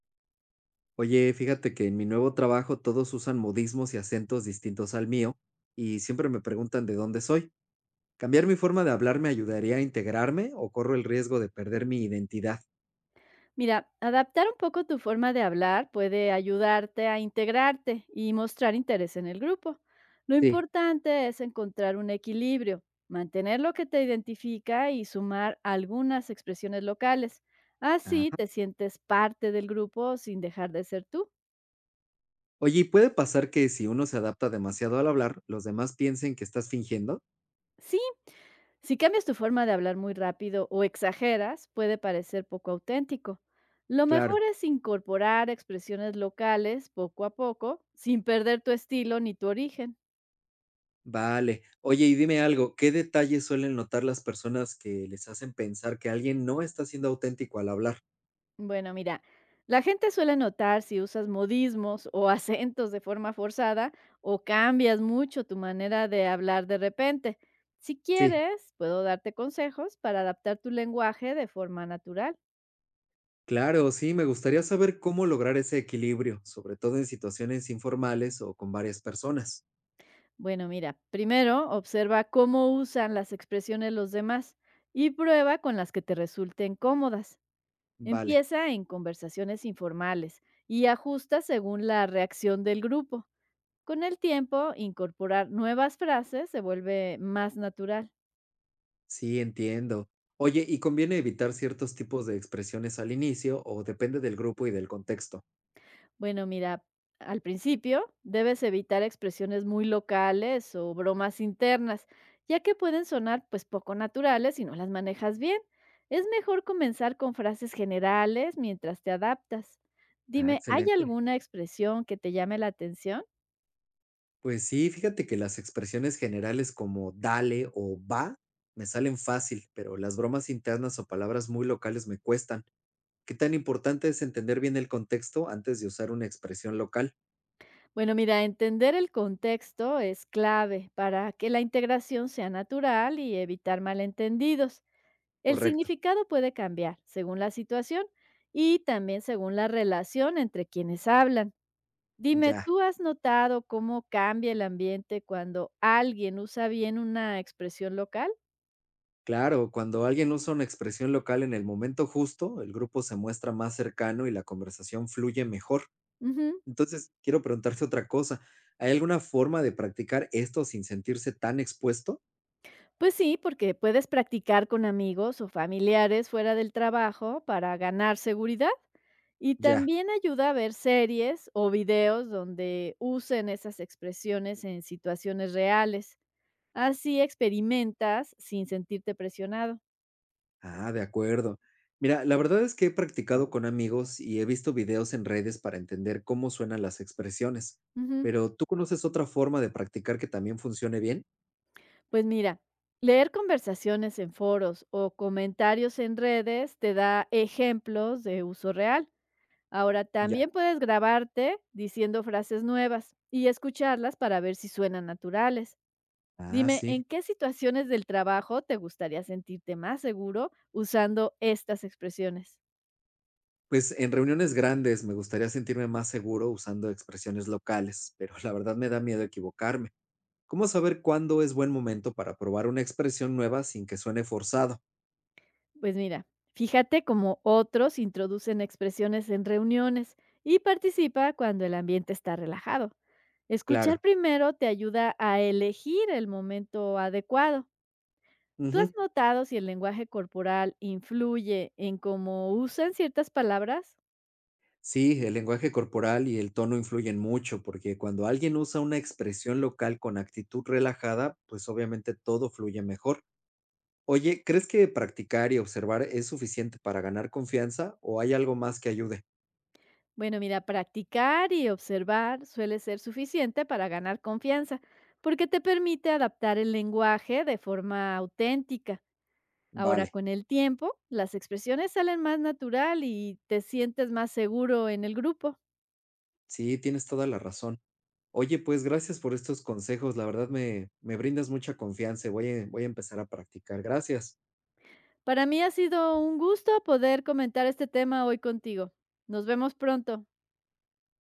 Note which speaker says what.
Speaker 1: Oye, fíjate que en mi nuevo trabajo todos usan modismos y acentos distintos al mío y siempre me preguntan de dónde soy. ¿Cambiar mi forma de hablar me ayudaría a integrarme o corro el riesgo de perder mi identidad?
Speaker 2: Mira, adaptar un poco tu forma de hablar puede ayudarte a integrarte y mostrar interés en el grupo. Lo
Speaker 1: Sí.
Speaker 2: importante es encontrar un equilibrio, mantener lo que te identifica y sumar algunas expresiones locales. Así
Speaker 1: Ajá.
Speaker 2: te sientes parte del grupo sin dejar de ser tú.
Speaker 1: Oye, ¿y puede pasar que si uno se adapta demasiado al hablar, los demás piensen que estás fingiendo?
Speaker 2: Sí, si cambias tu forma de hablar muy rápido o exageras, puede parecer poco auténtico. Lo
Speaker 1: Claro.
Speaker 2: mejor es incorporar expresiones locales poco a poco, sin perder tu estilo ni tu origen.
Speaker 1: Vale. Oye, y dime algo, ¿qué detalles suelen notar las personas que les hacen pensar que alguien no está siendo auténtico al hablar?
Speaker 2: Bueno, mira, la gente suele notar si usas modismos o acentos de forma forzada o cambias mucho tu manera de hablar de repente. Si
Speaker 1: Sí,
Speaker 2: quieres, puedo darte consejos para adaptar tu lenguaje de forma natural.
Speaker 1: claro, sí, me gustaría saber cómo lograr ese equilibrio, sobre todo en situaciones informales o con varias personas.
Speaker 2: Bueno, mira, primero observa cómo usan las expresiones los demás y prueba con las que te resulten cómodas.
Speaker 1: Vale,
Speaker 2: Empieza en conversaciones informales y ajusta según la reacción del grupo. Con el tiempo, incorporar nuevas frases se vuelve más natural.
Speaker 1: sí, entiendo. Oye, ¿y conviene evitar ciertos tipos de expresiones al inicio o depende del grupo y del contexto?
Speaker 2: Bueno, mira, al principio debes evitar expresiones muy locales o bromas internas, ya que pueden sonar pues poco naturales si no las manejas bien. Es mejor comenzar con frases generales mientras te adaptas.
Speaker 1: Ah,
Speaker 2: Dime, ¿hay
Speaker 1: excelente.
Speaker 2: alguna expresión que te llame la atención?
Speaker 1: Pues sí, fíjate que las expresiones generales como dale o va me salen fácil, pero las bromas internas o palabras muy locales me cuestan. ¿Qué tan importante es entender bien el contexto antes de usar una expresión local?
Speaker 2: Bueno, mira, entender el contexto es clave para que la integración sea natural y evitar malentendidos. El
Speaker 1: Correcto,
Speaker 2: significado puede cambiar según la situación y también según la relación entre quienes hablan. Dime,
Speaker 1: ya.
Speaker 2: ¿tú has notado cómo cambia el ambiente cuando alguien usa bien una expresión local?
Speaker 1: Claro, cuando alguien usa una expresión local en el momento justo, el grupo se muestra más cercano y la conversación fluye mejor.
Speaker 2: Ujú.
Speaker 1: Entonces, quiero preguntarte otra cosa. ¿Hay alguna forma de practicar esto sin sentirse tan expuesto?
Speaker 2: Pues sí, porque puedes practicar con amigos o familiares fuera del trabajo para ganar seguridad. Y
Speaker 1: Ya.
Speaker 2: también ayuda a ver series o videos donde usen esas expresiones en situaciones reales. Así experimentas sin sentirte presionado.
Speaker 1: Ah, de acuerdo. Mira, la verdad es que he practicado con amigos y he visto videos en redes para entender cómo suenan las expresiones.
Speaker 2: Ujú.
Speaker 1: Pero, ¿tú conoces otra forma de practicar que también funcione bien?
Speaker 2: Pues mira, leer conversaciones en foros o comentarios en redes te da ejemplos de uso real. Ahora
Speaker 1: Ya.
Speaker 2: también puedes grabarte diciendo frases nuevas y escucharlas para ver si suenan naturales.
Speaker 1: Ah,
Speaker 2: Dime, ¿en
Speaker 1: sí.
Speaker 2: qué situaciones del trabajo te gustaría sentirte más seguro usando estas expresiones?
Speaker 1: Pues en reuniones grandes me gustaría sentirme más seguro usando expresiones locales, pero la verdad me da miedo equivocarme. ¿Cómo saber cuándo es buen momento para probar una expresión nueva sin que suene forzado?
Speaker 2: Pues mira, fíjate cómo otros introducen expresiones en reuniones y participa cuando el ambiente está relajado. Escuchar
Speaker 1: Claro.
Speaker 2: primero te ayuda a elegir el momento adecuado. ¿Tú has
Speaker 1: Ujú.
Speaker 2: notado si el lenguaje corporal influye en cómo usan ciertas palabras?
Speaker 1: Sí, el lenguaje corporal y el tono influyen mucho, porque cuando alguien usa una expresión local con actitud relajada, pues obviamente todo fluye mejor. Oye, ¿crees que practicar y observar es suficiente para ganar confianza o hay algo más que ayude?
Speaker 2: Bueno, mira, practicar y observar suele ser suficiente para ganar confianza, porque te permite adaptar el lenguaje de forma auténtica. Ahora,
Speaker 1: Vale,
Speaker 2: con el tiempo, las expresiones salen más natural y te sientes más seguro en el grupo.
Speaker 1: sí, tienes toda la razón. Oye, pues gracias por estos consejos, la verdad me brindas mucha confianza y voy a empezar a practicar, gracias.
Speaker 2: Para mí ha sido un gusto poder comentar este tema hoy contigo. Nos vemos pronto.